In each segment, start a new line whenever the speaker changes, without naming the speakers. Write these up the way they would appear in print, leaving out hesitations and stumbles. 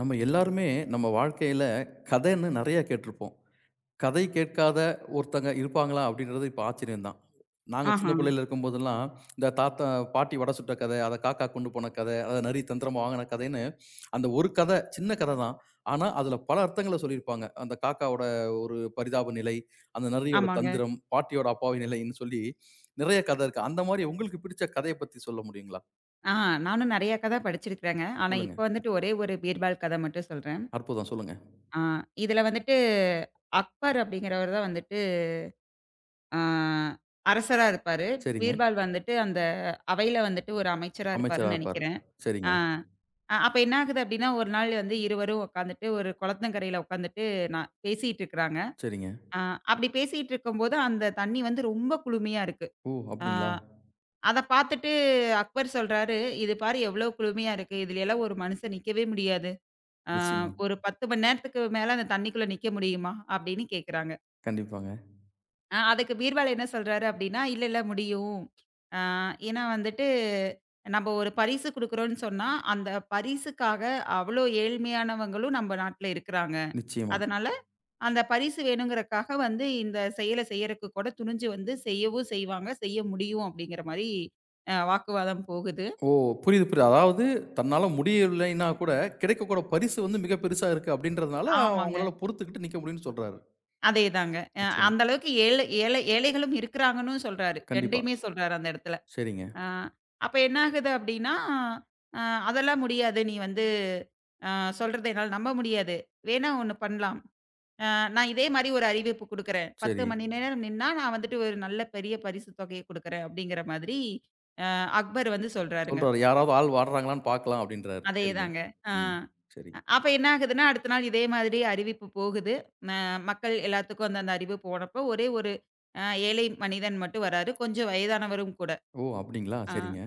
நம்ம எல்லாருமே நம்ம வாழ்க்கையில கதைன்னு நிறைய கேட்டிருப்போம். கதை கேட்காத ஒருத்தங்க இருப்பாங்களா? அப்படின்றது இப்ப ஆச்சரியம் தான். நாங்க சின்ன
ஆஹா.
பிள்ளையில இருக்கும்போதெல்லாம், இந்த தாத்தா பாட்டி வடை சுட்ட கதை, அத காக்கா கொண்டு போன கதை, அத நரி தந்திரமா வாங்கின கதைன்னு, அந்த ஒரு கதை சின்ன கதை தான். ஆனா, அதுல பல அர்த்தங்கள சொல்லியிருப்பாங்க. அந்த காக்காவோட ஒரு பரிதாப நிலை, அந்த நரியோட
ஆமாங்க.
தந்திரம், பாட்டியோட அப்பாவி நிலைன்னு சொல்லி நிறைய கதை இருக்கு. அந்த மாரி உங்களுக்கு பிடிச்ச கதைய பத்தி சொல்ல முடியுங்களா?
ஆ நானும் நெறைய கத படிச்சிருக்கிறேங்க. ஆனா,
சொல்லுங்க.
இப்ப வந்துட்டு ஒரே ஒரு பீர்பால் கத மட்டும் சொல்றேன்.
அற்புதம். சொல்லுங்க.
ஆ இதுல வந்துட்டு அக்பர் அப்படிங்கிறவர் தான் வந்துட்டு ஆ அரசரா இருப்பாரு.
சரிங்க.
பீர்பால் வந்துட்டு அந்த அவையில வந்துட்டு ஒரு அமைச்சரா
அமைச்சரா
இருப்பாருன்னு
இருப்பாரு.
நெனைக்கிறேன். ஆ.
சரிங்க,
அப்ப என்ன ஆகுது அப்படின்னா, ஒரு நாள் வந்து இருவரும் உக்காந்துட்டு ஒரு குளத்தங்கரையில உக்காந்துட்டு நான் பேசிட்டு இருக்கிறாங்க.
சரிங்க.
ஆ அப்படி பேசிட்டு இருக்கும்போது அந்த தண்ணி வந்து ரொம்ப குளுமையா இருக்கு.
ஓ!
ஆ.
அப்டிங்களா?
அத பாத்துட்டு அக்பர் சொல்றாரு, "இது பாரு எவ்ளோ குளுமையா இருக்கு. இதுலயெல்லாம் ஒரு மனுஷன் நிக்கவே முடியாது. ஆ
நிச்சயமா.
ஒரு 10 மணி நேரத்துக்கு மேல அந்த தண்ணிக்குள்ள நிக்க முடியுமா?" அப்படின்னு கேக்குறாங்க.
கண்டிப்பாங்க.
அதுக்கு பீர்பால் என்ன சொல்றாரு அப்படின்னா, "இல்ல, இல்ல முடியும். ஆ ஏன்னா வந்துட்டு, நம்ப ஒரு பரிசு குடுக்குறோம்ன்னு சொன்னா, அந்த பரிசுக்காக அவ்ளோ ஏழ்மையானவங்களும் நம்ப நாட்ல இருக்குறாங்க.
நிச்சயமா.
அதனால அந்த பரிசு வேணுங்கிறக்காக வந்து இந்த செயல செய்யறக்கு கூட துணிஞ்சு வந்து செய்யவும் செய்வாங்க, செய்ய முடியும்." அப்படிங்கிற மாரி வாக்குவாதம் போகுது.
ஓ! புரியுது, புரியுது. அதாவது தன்னால முடியவில்லைன்னா கூட, கிடைக்கக்கூட பரிசு வந்து மிக பெருசா இருக்கு அப்டின்றதுனால,
ஆமாங்க.
அவங்களால பொறுத்துக்கிட்டு நிக்க முடியும்னு சொல்றாரு.
அதேதாங்க.
நிச்சயமா.
அந்த அளவுக்கு ஏழை ஏழை ஏழைகளும் இருக்கிறாங்கன்னும் சொல்றாரு.
கண்டிப்பா.
2யுமே சொல்றாரு அந்த இடத்துல.
சரிங்க.
அ அப்ப என்ன ஆகுது அப்டின்னா, அ அதெல்லாம் முடியாது. நீ வந்து அ சொல்றத என்னால நம்ப முடியாது. வேணா ஒண்ணு பண்ணலாம். அ நான் இதே மாரி ஒரு அறிவிப்பு குடுக்குறேன். 10
சரி.
மணி நேரம் நின்னா, நான் வந்துட்டு ஒரு நல்ல பெரிய பரிசு தொகைய குடுக்குறேன். அப்டிங்கிற மாதிரி அ அக்பர் வந்து சொல்றாருங்க.
சொல்றாரு, யாராவது ஆள் வாடுறாங்களான்னு பார்க்கலாம் அப்டின்றாரு. சரிங்க.
அதேதாங்க. ஆ.
ம். சரி.
அப்ப என்ன ஆகுதுன்னா, அடுத்த நாள் இதே மாதிரி அறிவிப்பு போகுது. ம மக்கள் எல்லாத்துக்கும் அந்த அந்த அறிவிப்பு போனப்போ, ஒரே ஒரு ஏழை மனிதன் மட்டும் வராரு. கொஞ்சம் வயதானவரும் கூட.
ஓ! அப்டிங்களா?
ஆ
சரிங்க.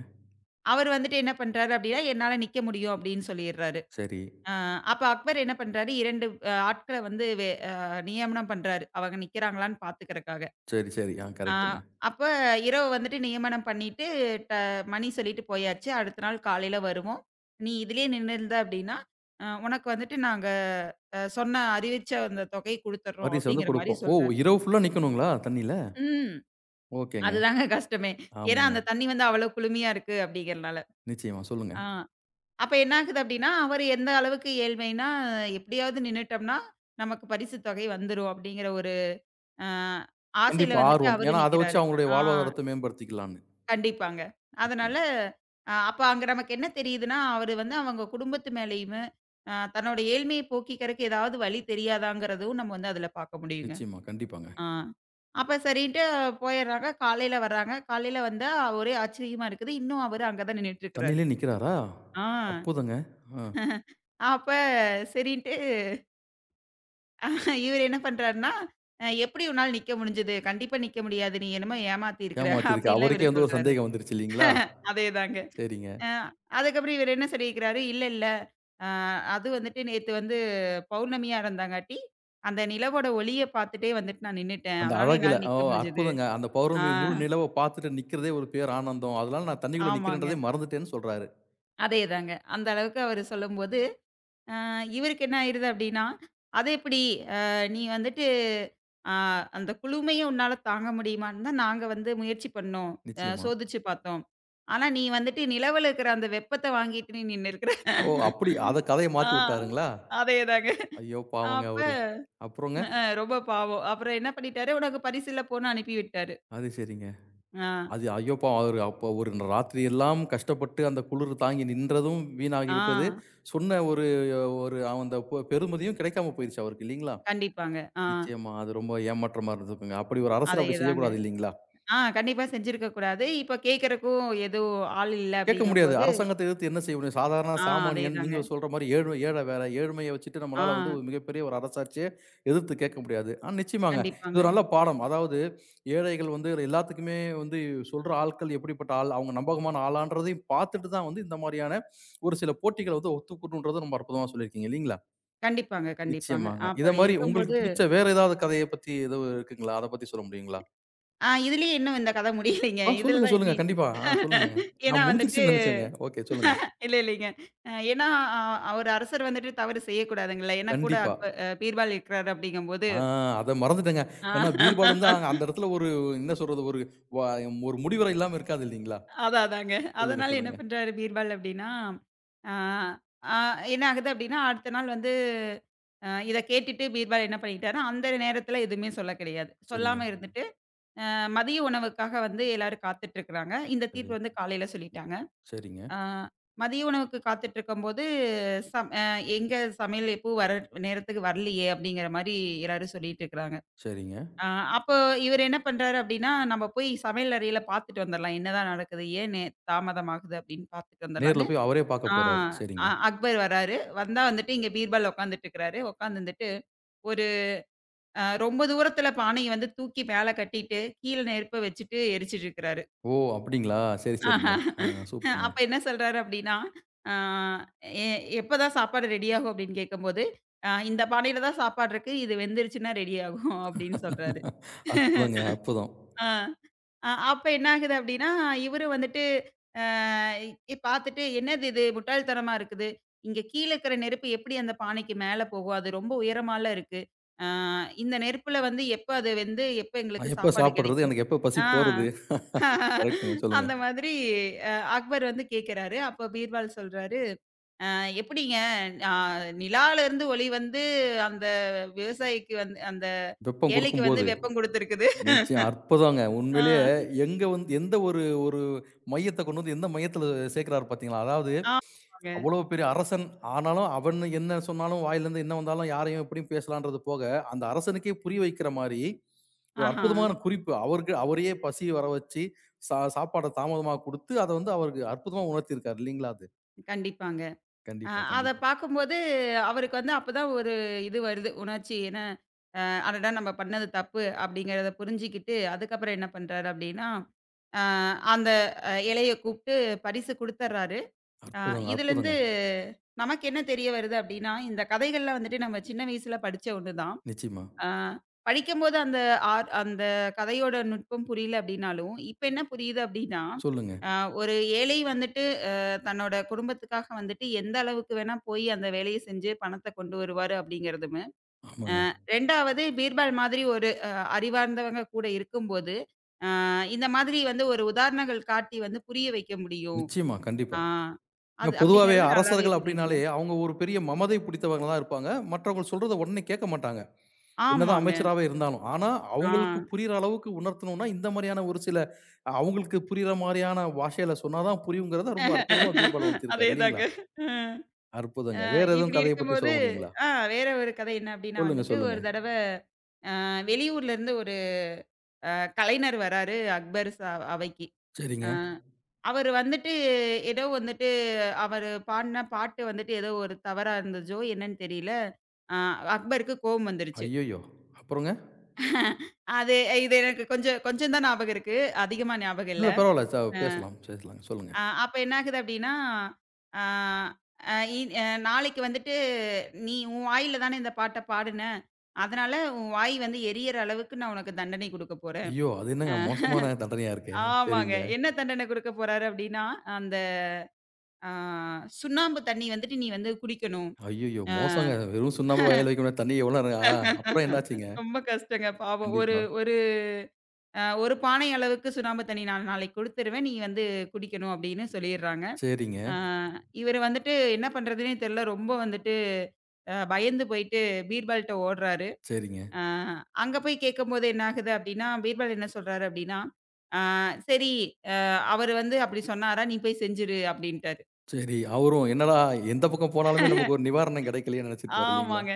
அவர் வந்துட்டு என்ன பண்றாரு அப்படின்னா, "என்னால நிக்க முடியும்" அப்படின்னு சொல்லிடுறாரு.
சரி.
ஆ அப்ப அக்பர் என்ன பண்றாரு, 2 ஆட்கள வந்து வே அ நியமனம் பண்றாரு. அவங்க நிக்கிறாங்களான்னு பாத்துக்கறக்காக.
சரி, சரி. ஆ
ஆ,
கரெக்ட்டுங்க.
அப்ப இரவு வந்துட்டு நியமனம் பண்ணிட்டு, ட மணி சொல்லிட்டு போயாச்சு. அடுத்த நாள் காலையில வருவோம். "நீ இதிலேயே நின்னிருந்த அப்படின்னா, உனக்கு வந்துட்டு நாங்க சொன்ன அறிவிச்ச அந்த தொகை குடுத்துர்றோம்."
பரிசு வந்து
அப்படிங்கிற மாரி
குடுப்போம். ஓ!
சொல்றாரு.
இரவு ஃபுல்லா நிக்கணுங்களா தண்ணீல?
ம்.
ஓகேங்க.
அதுதாங்க கஷ்டமே. ஏன்னா,
ஆமாங்க.
அந்த தண்ணி வந்து அவ்வளோ குளுமையா இருக்கு அப்படிங்கிறனால.
நிச்சயமா. சொல்லுங்க.
ஆ. அப்ப என்ன ஆகுது அப்படின்னா, அவரு எந்த அளவுக்கு ஏழ்மைன்னா, "எப்படியாவது நின்னுட்டோம்னா, நமக்கு பரிசு தொகை வந்துரும்." அப்படிங்கிற ஒரு அ ஆசையில
கண்டிப்பா
வந்துட்டு
ஆர்வம்.
அவரு
ஏன்னா, அத வச்சு
நிக்கிறாரு.
அவங்களுடைய
ஆ.
வாழ்வாதாரத்த மேம்படுத்திக்கலான்னு.
கண்டிப்பாங்க. அதனால
நிச்சயமா.
அப்ப அங்க நமக்கு என்ன தெரியுதுன்னா, அவரு வந்து அவங்க குடும்பத்து மேலயுமே, தன்னோட ஏழ்மைய போக்கிக்கிறக்கு ஏதாவது வழி தெரியாதாங்கிறதும் நம்ம வந்து அதுல பார்க்க முடியுங்க.
நிச்சயமா. கண்டிப்பாங்க.
ஆ. அப்ப சரின்ட்டு போயிர்றாங்க. காலையில வர்றாங்க. காலையில வந்தா ஒரே ஆச்சரியமா இருக்குது. இன்னும் அவரு அங்க தான் நின்னுட்டுருக்கிறாரு.
தண்ணீலே நிக்கிறாரா?
ஆ.
அற்புதங்க. ஆ.
அப்ப சரின்ட்டு இவரு என்ன பண்றாருன்னா, எப்படி உன்னால நிக்க முடிஞ்சது? கண்டிப்பா நிக்க முடியாது. நீ என்னமோ ஏமாத்தியிருக்கிற"
ஏமாத்திருக்கு.
அப்படின்லாம் இவரு
அவருக்கே வந்து ஒரு
சொல்றாரு.
சந்தேகம் வந்துருச்சு இல்லீங்களா?
அதேதாங்க.
சரிங்க.
அ அதுக்கப்புறம் இவரு என்ன சொல்லியிருக்கிறாரு, இல்ல இல்ல. அ அது வந்துட்டு நேத்து வந்து பௌர்ணமியா இருந்தாங்காட்டி, அந்த நிலவோட ஒளிய பார்த்துட்டே வந்துட்டு நான் நின்னுட்டேன்.
அந்த
அதனால
அழகுல
என்னால
ஓ
நிக்க முடிஞ்சது.
அற்புதங்க. அந்த
ஆ
பௌர்ணமி முழு நிலவ பார்த்துட்டு நிக்கிறதே ஒரு பேர் ஆனந்தம். அதனால நான் தண்ணிக்குள்ள
ஆமாங்க.
நிக்கிறேன்றதே மறந்துட்டேன்னு சொல்றாரு.
அதேதாங்க. அந்த அளவுக்கு அவரு சொல்லும்போது, இவருக்கு என்ன ஆயிருது அப்டின்னா, அது எப்டி அ நீ வந்துட்டு அ அந்த குளுமையும் உன்னால தாங்க முடியுமான்னு தான் நாங்க வந்து முயற்சி பண்ணோம்.
நிச்சயமா.
சோதிச்சு பார்த்தோம். ஆனா நீ வந்துட்டு நிலவுல இருக்கிற அந்த வெப்பத்த வாங்கிட்டு நீ நின்னுருக்குற.
ஓ அப்படி அத கதைய
ஆ
மாத்தி விட்டாருங்களா?
அதேதாங்க.
ஐயோ பாவங்க
அப்ப
அவரு. அப்புறங்க?
ரொம்ப பாவம். அப்புறம் என்ன பண்ணிட்டாரு, உனக்கு பரிசில்ல போன்னு அனுப்பி விட்டாரு.
அது சரிங்க.
ஆ,
அது ஐயோ பாவம் அவரு அப்ப ஒரு ராத்திரி எல்லாம் கஷ்டப்பட்டு அந்த குளிர் தாங்கி நின்றதும் வீணாகி
ஆ
விட்டது. சொன்ன ஒரு ஒரு அந்த பெறுமதியும் கிடைக்காம போயிருச்சு அவருக்கு இல்லீங்களா?
கண்டிப்பாங்க. ஆ
நிச்சயமா. அது ரொம்ப ஏமாற்றமா இருந்திருக்குங்க. அப்படி ஒரு அரசர் அப்படி
அதேதாங்க.
செய்யக்கூடாது இல்லீங்களா?
கண்டிப்பா செஞ்சிருக்க கூடாது. இப்ப கேட்கறக்கும் எதுவும் ஆள் இல்ல
கேட்க முடியாது.
அப்படிங்கும்போது
அரசாங்கத்த எதிர்த்து என்ன செய்ய முடியும்? சாதாரண சாமானியன்,
அதேதாங்க.
நீங்க சொல்ற மாரி ஏழை வேற. ஏழ்மைய வச்சுட்டு
ஆ
நம்மளால வந்து ஒரு மிகப்பெரிய ஒரு அரசாட்சிய எதிர்த்து கேட்க முடியாது. ஆனா நிச்சயமாங்க. இது ஒரு
கண்டிப்பாங்க.
நல்ல பாடம். அதாவது ஏழைகள் வந்து எல்லாத்துக்குமே வந்து சொல்ற ஆட்கள் எப்படிப்பட்ட ஆள், அவங்க நம்பகமான ஆளான்றதையும் பார்த்துட்டு தான் வந்து இந்த மாரியான ஒரு சில போட்டிகள வந்து ஒத்துக்கணும்ன்றத ரொம்ப அற்புதமா சொல்லியிருக்கீங்க இல்லீங்களா?
கண்டிப்பாங்க, கண்டிப்பாங்க.
நிச்சயமாங்க. இத
அப்படி
மாரி உங்களுக்கு
இருக்கும்போது
பிடிச்ச வேற ஏதாவது கதைய பத்தி ஏதோ இருக்குங்களா? அத பத்தி சொல்ல முடியுங்களா?
இதுலயே இன்னும் இந்த கதை முடியலைங்க.
ஆ
இதுல
சொல்லுங்க,
தான் இன்னி
சொல்லுங்க. கண்டிப்பா. ஆ சொல்லுங்க.
ஏன்னா
நான்
வந்துட்டு
முடிஞ்சிருச்சுன்னு நெனச்சேங்க. ஓகே சொல்லுங்க.
இல்ல இல்லைங்க. ஏன்னா ஒரு அரசர் வந்துட்டு தவறு செய்யக்கூடாதுங்கல்ல. ஏன்னா கூட
கண்டிப்பா.
அக்பர் பீர்பால் இருக்கிறாரு அப்படிங்கும்போது
ஆ அத மறந்துட்டேங்க.
ஆ
ஏன்னா பீர்பால் வந்து அந்த இடத்துல ஒரு என்ன சொல்றது? வ ஒரு முடிவரை இல்லாம இருக்காது இல்லீங்களா?
அதான் அதாங்க.
சொல்லுங்க,
அதனால என்ன
சொல்லுங்க.
பண்றாரு பீர்பால் அப்டின்னா, ஆ ஆ என்ன ஆகுது அப்டின்னா, அடுத்த நாள் வந்து இத கேட்டுட்டு பீர்பால் என்ன பண்ணிட்டாரு, அந்த நேரத்தில எதுவுமே சொல்ல கிடையாது.
சரிங்க,
சொல்லாம இருந்துட்டு, அ மதிய உணவுக்காக வந்து எல்லாரும் காத்துட்ருக்கிறாங்க. இந்த
சரி.
தீர்ப்பு வந்து காலையில சொல்லிட்டாங்க.
சரிங்க,
ஆ மதிய உணவுக்கு காத்துட்ருக்கும்போது, சம் அ எங்க சமையல் எப்பவும் வர நேரத்துக்கு வரலையே! அப்டிங்கிற மாரி எல்லாரும் சொல்லிட்டு இருக்கிறாங்க.
சரிங்க.
ஆ அப்போ இவரு என்ன பண்றாரு அப்டின்னா, நம்ம போய் சமையல் அறையில பார்த்துட்டு வந்துரலாம். என்னதான் நடக்குது? ஏன் தாமதமாகுது? அப்படின்னு பார்த்துட்டு
நேர்ல
வந்துரலான்னு,
போய் அவரே பார்க்க
ஆ
போறாரு. சரிங்க.
அ அக்பர் வராரு. வந்தா வந்துட்டு இங்க பீர்பால் உட்காந்துட்டுருக்கிறாரு. உட்காந்துருந்துட்டு ஒரு ரொம்ப தூரத்துல பானைய வந்து தூக்கி மேல கட்டிட்டு, கீழ நெருப்ப வச்சுட்டு எரிச்சுட்டு இருக்கிறாரு.
ஓ! அப்டிங்களா? சரி,
ஆஹா.
சரிங்க. ஆ சூப்பருங்க.
அப்ப என்ன சொல்றாரு அப்டின்னா, ஆ "எ "எப்பதான் சாப்பாடு ரெடி ஆகும்?" அப்படின்னு கேட்கும்போது, இந்த பானையில தான் சாப்பாடு இருக்கு. இது வெந்துருச்சுன்னா ரெடி ஆகும்" அப்படின்னு சொல்றாரு.
அற்புதங்க, அற்புதம்.
ஆ. அப்ப என்ன ஆகுது அப்டின்னா, இவரு வந்துட்டு அ இ பாத்துட்டு, "என்னது இது முட்டாள்தனமா இருக்குது. இங்க கீழ இருக்கிற நெருப்பு எப்படி அந்த பானைக்கு மேல போகும்? அது ரொம்ப உயரமால இருக்கு. ஆ இந்த நெருப்புல வந்து எப்ப அது வெந்து, எப்ப எங்களுக்கு
நான் எப்ப
சாப்பாடு
சாப்பிடுறது?
கெடைக்கும்?"
எனக்கு எப்ப பசி
ஆ
போறது? கரெக்ட்டுங்க. சொல்லுங்க.
அந்த மாதிரி அ அக்பர் வந்து கேட்கறாரு. அப்ப பீர்பால் சொல்றாரு, "அ எப்படிங்க அ நிலாலருந்து ஒளி வந்து அந்த விவசாயிக்கு வந்து அந்த
வெப்பம்
ஏழைக்கு வந்து
குடுக்கும்போது
வெப்பம் குடுத்துருக்குது."
நிச்சயம். அற்புதங்க.
ஆ.
உண்மையிலேயே எங்க வந்து எந்த ஒரு ஒரு மையத்த கொண்டு வந்து எந்த மையத்துல சேர்க்கிறாரு பார்த்தீங்களா? அதாவது
ஆமாங்க.
அவ்வளோ பெரிய அரசன் ஆனாலும், அவன் என்ன சொன்னாலும் வாயிலேருந்து என்ன வந்தாலும் யாரையும் எப்படியும் பேசலான்றது போக, அந்த அரசனுக்கே புரிய வைக்கிற மாரி, ஒரு
ஆஹா.
அற்புதமான குறிப்பு. அவருக்கு அவரையே பசி வர வச்சு, சாப்பாட தாமதமா குடுத்து, அத வந்து அவருக்கு அற்புதமா உணர்த்தியிருக்காரு இல்லைங்களா அது?
கண்டிப்பாங்க. அ
கண்டிப்பா,
அத
கண்டிப்பா.
பார்க்கும்போது அவருக்கு வந்து அப்பதான் ஒரு இது வருது. உணர்ச்சி. ஏன்னா, அடடா! நம்ம பண்ணது தப்பு அப்படிங்கிறத புரிஞ்சுக்கிட்டு, அதுக்கப்புறம் என்ன பண்றாரு அப்படின்னா, அ அந்த இலைய கூப்ட்டு பரிசு குடுத்துர்றாரு. அ
அற்புதங்க,
இதுலருந்து
அற்புதங்க.
நமக்கு என்ன தெரிய வருது அப்படின்னா, இந்த கதைகள்லாம் வந்துட்டு நம்ம சின்ன வயசுல படிச்ச ஒண்ணுதான்.
நிச்சயமா.
ஆ படிக்கும்போது அந்த அந்த கதையோட நுட்பம் புரியல அப்படின்னாலும், இப்ப என்ன புரியுது அப்படின்னா,
சொல்லுங்க.
அ ஒரு ஏழை வந்துட்டு அ தன்னோட குடும்பத்துக்காக வந்துட்டு எந்த அளவுக்கு வேணா போய் அந்த வேலைய செஞ்சு பணத்த கொண்டு வருவாரு அப்படிங்கிறதுமே,
ஆமாங்க.
2வது பீர்பால் மாதிரி ஒரு அறிவார்ந்தவங்க கூட இருக்கும்போது, இந்த மாதிரி வந்து ஒரு உதாரணங்கள் காட்டி வந்து புரிய வைக்க முடியும்.
நிச்சயமா, கண்டிப்பா.
ஆ
இங்க
அது
பொதுவாவே
அப்படிங்கிறது நல்லாவே
அரசர்கள்
புரியுதுங்க.
அப்படின்னாலே, அவங்க ஒரு பெரிய மமதை பிடித்தவங்களா தான் இருப்பாங்க. மற்றவங்க சொல்றத உடனே கேட்க மாட்டாங்க. என்னதான்
ஆமாங்க.
அமைச்சராவே இருந்தாலும். ஆனா,
ஆ
அவங்களுக்கு புரியிற அளவுக்கு உணர்த்தணும்னா, இந்த மாரியான ஒரு சில அவங்களுக்கு புரியிற மாரியான பாஷையில சொன்னா தான் புரியுங்கிறத ரொம்ப அற்புதமா பீர்பால் உணர்த்தியிருக்காரு
அதேதாங்க.
இல்லீங்களா?
அ.
அற்புதங்க. வேற எதுவும்
இப்டி
கதைய பத்தி
இருக்கும்போது,
சொல்ல முடியுங்களா?
ஆ வேற ஒரு கதை என்ன அப்டின்னா
சொல்லுங்க,
வந்துட்டு,
சொல்லுங்க.
ஒரு தடவ வெளியூர்ல இருந்து ஒரு கலைஞர் வராரு அக்பர் அவைக்கு. அ
சரிங்க.
அவரு வந்துட்டு ஏதோ வந்துட்டு அவரு பாடுன பாட்டு வந்துட்டு ஏதோ ஒரு தவறா இருந்ததோ என்னன்னு தெரியல. அ அக்பருக்கு கோவம் வந்துருச்சு.
ஐயய்யோ! அப்புறங்க?
அது இது எனக்கு கொஞ்சம் கொஞ்சம் தான் ஞாபகம் இருக்கு. அதிகமா ஞாபகம் இல்ல.
இல்ல பரவால்ல. பேசலாம், பேசலாங்க. சொல்லுங்க.
அப்ப என்ன ஆகுது அப்டின்னா, ஆ அ இ அ நாளைக்கு வந்துட்டு நீ உன் வாயில தானே இந்த பாட்ட பாடுன. அதனால உன் வாய் வந்து எரியற அளவுக்கு நான் உனக்கு தண்டனை குடுக்க போறேன்.
ஐயோ! அது
அ
என்னங்க மோசமான தண்டனையா இருக்கே!
ஆமாங்க.
சரிங்க.
என்ன தண்டனை குடுக்க போறாரு அப்டின்னா, அந்த ஆ சுண்ணாம்பு தண்ணி வந்துட்டு நீ வந்து குடிக்கணும்.
ஐயய்யோ!
அ
மோசங்க. வெறும் சுண்ணாம்பு வாயில வைக்க முடியாது. தண்ணீய எவ்வளோ நேரம் ஆ அப்புறம் என்னாச்சுங்க?
ரொம்ப கஷ்டங்க பாவம். ஒரு
கண்டிப்பா.
ஒரு ஒரு பானை அளவுக்கு சுண்ணாம்பு தண்ணி நான் நாளைக்கு குடுத்துருவேன். நீ வந்து குடிக்கணும் அப்டின்னு சொல்லிர்றாங்க.
சரிங்க,
ஆ இவரு வந்துட்டு என்ன பண்றதுன்னே தெர்ல. ரொம்ப வந்துட்டு பயந்து போயிட்டு பீர்பால்ட்ட ஓடுறாரு.
சரிங்க.
அ அங்க போய் கேட்கும்போது என்ன ஆகுது அப்டின்னா, பீர்பால் என்ன சொல்றாரு அப்டின்னா, "ஆ சரி அ அவரு வந்து அப்டி சொன்னாரா, நீ போய் செஞ்சுரு" அப்டின்ட்டாரு.
சரி, அவரும் என்னடா எந்த பக்கம் போனாலுமே நமக்கு ஒரு நிவாரணம் கிடைக்கலையேன்னு நெனச்சிருப்பாரு இல்லைங்களா?
ஆமாங்க.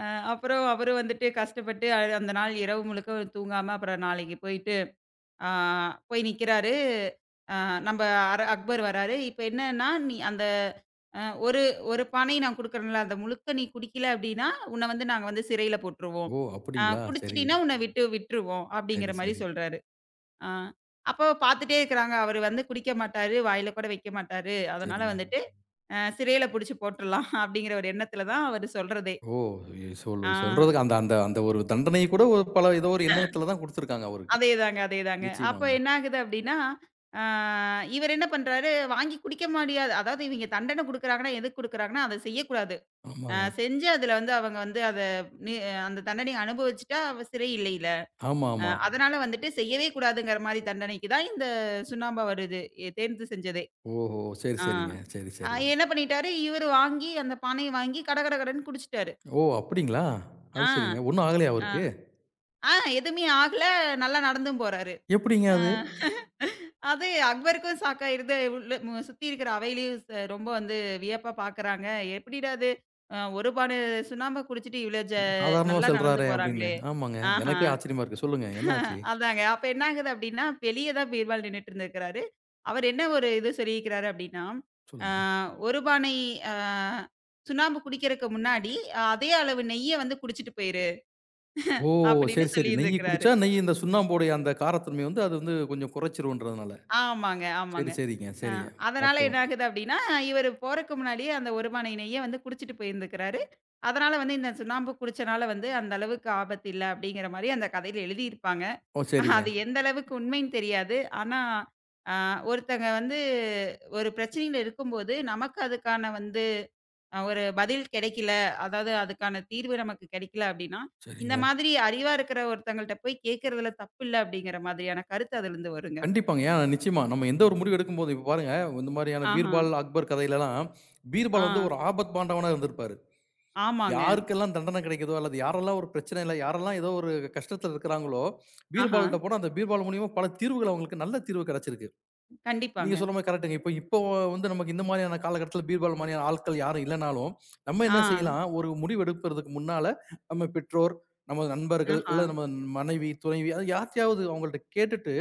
அ அப்புறம் அவரு வந்துட்டு கஷ்டப்பட்டு அந்த நாள் இரவு முழுக்க தூங்காம அப்புறம் நாளைக்கு போயிட்டு ஆ போய் நிக்கிறாரு. அ நம்ப அக்பர் வராரு. இப்ப என்னன்னா, நீ அந்த ஒரு ஒரு பானை நான் குடுக்குறேன்ல, அத முழுக்க நீ குடிக்கல அப்டின்னா, உன்ன வந்து நாங்க வந்து சிறையில போட்டுருவோம்.
ஓ! அப்படிங்களா? சரி,
குடிச்சிட்டீன்னா உன்ன விட்டு விட்டுருவோம் அப்டிங்கிற
சரி,
மாரி
சரி,
சொல்றாரு. அ அப்போ பாத்துட்டே இருக்கிறாங்க. அவரு வந்து குடிக்க மாட்டாரு, வாயில கூட வைக்க மாட்டாரு. அதனால
சரிங்க.
வந்துட்டு சிறையில புடிச்சு போட்டுறலாம் அப்டிங்கிற ஒரு எண்ணத்துல தான் அவரு சொல்றதே.
ஓ! எ சொல்
ஆ
சொல்றதுக்கு அந்த அந்த அந்த ஒரு தண்டனை கூட ஒரு பல ஏதோ ஒரு எண்ணத்துல தான் குடுத்துருக்காங்க அவருக்கு.
அதேதாங்க, அதேதாங்க. அப்ப
நிச்சயமாங்க.
என்ன ஆகுது அப்டின்னா, அ இவரு என்ன பண்றாரு, வாங்கி குடிக்க முடியாது அதாவது இவய்ங்க தண்டனை குடுக்குறாங்கன்னா, எதுக்கு குடுக்குறாங்கன்னா, அத செய்யக்கூடாது.
ஆமாங்க.
செஞ்சு அதுல வந்து அவங்க வந்து அத நீ அந்த தண்டனைய அனுபவிச்சுட்டா அவ சிறை இல்லையில.
ஆமா, ஆமா.
அதனால வந்துட்டு செய்யவே கூடாதுங்கிற மாரி தண்டனைக்கு தான் இந்த சுண்ணாம்பா வருது. தேர்ந்து செஞ்சதே.
ஓஹோ! சரி,
ஆ.
சரிங்க. சரி, சரி.
என்ன பண்ணிட்டாரு, இவரு வாங்கி அந்த பானைய வாங்கி கட கட கடன்னு குடிச்சுட்டாரு.
ஓ! அப்படிங்களா? அது
ஆ.
சரிங்க. ஒண்ணும் ஆகலையா அவருக்கு?
அ. ஆ எதுவுமே ஆகல. நல்லா நடந்தும் போறாரு.
எப்படிங்க
அ.
அது?
அது அக்பருக்கும் ஷாக்கா இருந்த உள்ள சுத்தி இருக்கிற அவையிலயும் ரொம்ப வந்து வியப்பா பார்க்குறாங்க. "எப்படிடா இது ஒரு பானை சுண்ணாம்ப குடிச்சிட்டு இவ்ளோ
சாதாரணமா
நல்லா நடந்து
சொல்றாரே அப்படின்னு.
போறாங்களே!"
ஆமாங்க.
ஆஹா.
எனக்கே ஆச்சரியமா இருக்கு. சொல்லுங்க. என்ன ஆச்சு?
அதாங்க. அப்ப என்ன ஆகுது அப்டின்னா, வெளிய தான் பீர்பால் நின்னுட்டு இருந்திருக்கிறாரு. அவர் என்ன ஒரு இது சொல்லியிருக்கிறாரு அப்டின்னா, அ
சொல்லுங்க.
"ஒரு பானை அ சுண்ணாம்பு குடிக்கிறக்கு முன்னாடி, அதே அளவு நெய்ய வந்து குடிச்சிட்டு போயிரு"
ஓ!
அப்படின்னு
சரி, சரி. நெய்
சொல்லியிருந்திருக்கிறாரு.
குடிச்சா நெய் இந்த சுண்ணாம்புடைய அந்த காரத்தன்மை வந்து அது வந்து கொஞ்சம் குறைச்சிருன்றதுனால.
ஆமாங்க, ஆமாங்க.
சரி, சரிங்க.
அ
சரிங்க.
அதனால என்ன
அற்புதம்.
ஆகுது அப்டின்னா, இவரு போறக்கு முன்னாடியே அந்த ஒருமான நெய்ய வந்து குடிச்சிட்டு போயிருந்துக்கிறாரு. அதனால வந்து இந்த சுண்ணாம்பு குடிச்சனால வந்து அந்த அளவுக்கு ஆபத்து இல்ல அப்படிங்கிற மாரி அந்த கதையில எழுதியிருப்பாங்க.
ஓ! சரிங்க,
அது எந்த அளவுக்கு உண்மைன்னு தெரியாது. ஆனா, அ ஒருத்தங்க வந்து ஒரு பிரச்சனையில இருக்கும்போது, நமக்கு அதுக்கான வந்து ஒரு பதில் கிடைக்கல, அதாவது அதுக்கான தீர்வு நமக்கு கிடைக்கல அப்படின்னா, இந்த
சரிங்க.
மாதிரி அறிவா இருக்கிற ஒருத்தங்கள்ட்ட போய் கேட்கறதுல தப்பு இல்ல அப்படிங்கிற மாதிரியான கருத்து அதிலருந்து வருங்க.
கண்டிப்பாங்க. ஏன் நிச்சயமா நம்ம எந்த ஒரு முடிவு எடுக்கும்போது இப்ப பாருங்க இந்த மாரியான
ஆஹா.
பீர்பால், அக்பர் கதையிலலாம்
ஆ.
பீர்பால் வந்து ஒரு ஆபத் பாண்டவனா இருந்திருப்பாரு.
ஆமாங்க.
யாருக்கெல்லாம் தண்டனை கிடைக்குதோ அல்லது யாரெல்லாம் ஒரு பிரச்சனையில, யாரெல்லாம் ஏதோ ஒரு கஷ்டத்துல இருக்கிறாங்களோ,
ஆஹா.
பீர்பால்ட்ட போனா அந்த பீர்பால் மூலியமா பல தீர்வுகள் அவங்களுக்கு நல்ல தீர்வு கிடைச்சிருக்கு. நீங்க
கண்டிப்பாங்க.
சொன்ன மாரி கரெக்ட்டுங்க. இப்போ இப்போ வந்து நமக்கு இந்த மாரியான காலகட்டத்தில பீர்பால் மாரியான ஆட்கள் யாரும் இல்லனாலும், நம்ம
ஆ.
என்ன செய்யலாம்? ஒரு முடிவு எடுப்பதற்கு முன்னால நம்ம பெற்றோர், நம்ம நண்பர்கள்,
ஆஹா.
இல்ல நம்ம மனைவி, துணைவி அது யார்ட்டயாவது அவங்கள்ட்ட கேட்டுட்டு,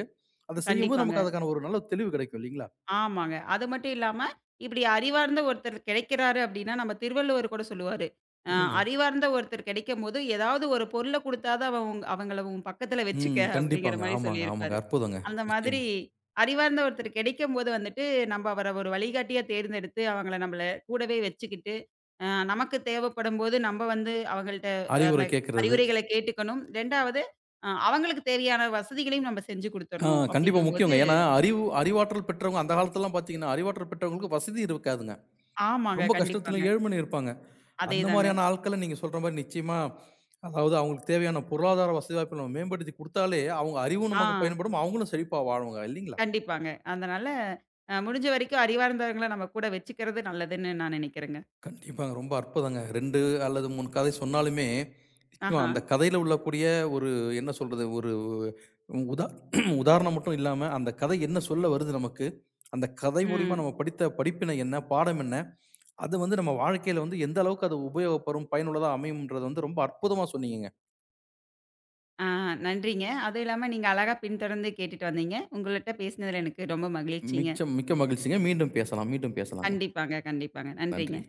அத செய்யும்போது
கண்டிப்பாங்க.
நமக்கு அதுக்கான ஒரு நல்ல தெளிவு கிடைக்கும் இல்லீங்களா?
ஆமாங்க. அது மட்டும் இல்லாம, இப்படி அறிவார்ந்த ஒருத்தர் கிடைக்கிறாரு அப்படின்னா, நம்ம திருவள்ளுவர் கூட சொல்லுவாரு. அ
சொல்லுங்க.
அறிவார்ந்த ஒருத்தர் கிடைக்கும்போது, ஏதாவது ஒரு பொருள குடுத்தா தான் அவன் உங் அவங்கள உன் பக்கத்துல வச்சுக்க
ம்.
அப்படிங்கிற
கண்டிப்பாங்க.
மாரி
ஆமாங்க, ஆமாங்க.
சொல்லியிருப்பாரு.
அற்புதங்க.
அந்த மாதிரி
நிச்சயமா.
அறிவார்ந்த ஒருத்தர் கிடைக்கும்போது வந்துட்டு, நம்ப அவர ஒரு வழிகாட்டியா தேர்ந்தெடுத்து, அவங்கள நம்பள கூடவே வச்சுக்கிட்டு, அ நமக்கு தேவைப்படும்போது நம்ப வந்து அவங்கள்ட்ட அந்த
அறிவுரை கேட்கறது.
அறிவுரைகள கேட்டுக்கணும். 2வது அவங்களுக்கு தேவையான வசதிகளையும் நம்ம செஞ்சு
ஆ
குடுத்துரணும்
கண்டிப்பா
அப்படிங்கும்போது
முக்கியங்க. ஏன்னா அறிவு அறிவாற்றல் பெற்றவங்க அந்த காலத்துலலாம் பார்த்தீங்கன்னா, அறிவாற்றல் பெற்றவங்களுக்கு வசதி இருக்காதுங்க.
ஆமாங்க.
ரொம்ப
கண்டிப்பாங்க.
கஷ்டத்திலும் ஏழ்மையிலும் இருப்பாங்க. அந்த
அதேதாங்க.
மாரியான ஆட்கள நீங்க சொல்ற மாரி நிச்சயமா, அதாவது அவங்களுக்கு தேவையான பொருளாதார வசதி வாய்ப்புகள நம்ம மேம்படுத்தி குடுத்தாலே, அவங்க அறிவும்
ஆ
நமக்கு பயன்படும். அவங்களும் செழிப்பா வாழுவாங்க இல்லீங்களா?
கண்டிப்பாங்க. அதனால முடிஞ்ச வரைக்கும் அறிவார்ந்தவங்கள நம்ம கூட வச்சுக்கிறது நல்லதுன்னு நான் நினைக்கிறேங்க.
கண்டிப்பாங்க. ரொம்ப அற்புதங்க. 2 அல்லது 3 கதை சொன்னாலுமே, நிச்சயமா
ஆஹா.
அந்த கதையில உள்ளக்கூடிய ஒரு என்ன சொல்றது? ஒரு உதா உதாரணம் மட்டும் இல்லாம, அந்த கதை என்ன சொல்ல வருது நமக்கு? அந்த கதை மூலியமா
ம்.
நம்ம படித்த படிப்பினை என்ன? பாடம் என்ன? அது வந்து நம்ம வாழ்க்கையில வந்து எந்த அளவுக்கு அது உபயோகப்படும், பயனுள்ளதா அமையும்ன்றத வந்து ரொம்ப அற்புதமா சொன்னீங்கங்க.
ஆ நன்றிங்க. அதுவும் இல்லாம நீங்க அழகா பின்தொடர்ந்து கேட்டுட்டு வந்தீங்க. உங்கள்ட்ட பேசினதுல எனக்கு ரொம்ப மகிழ்ச்சிங்க.
மிச்சம் மிக்க மகிழ்ச்சிங்க. மீண்டும் பேசலாம், மீண்டும் பேசலாங்க.
கண்டிப்பாங்க, கண்டிப்பாங்க. நன்றிங்க.
நன்றி.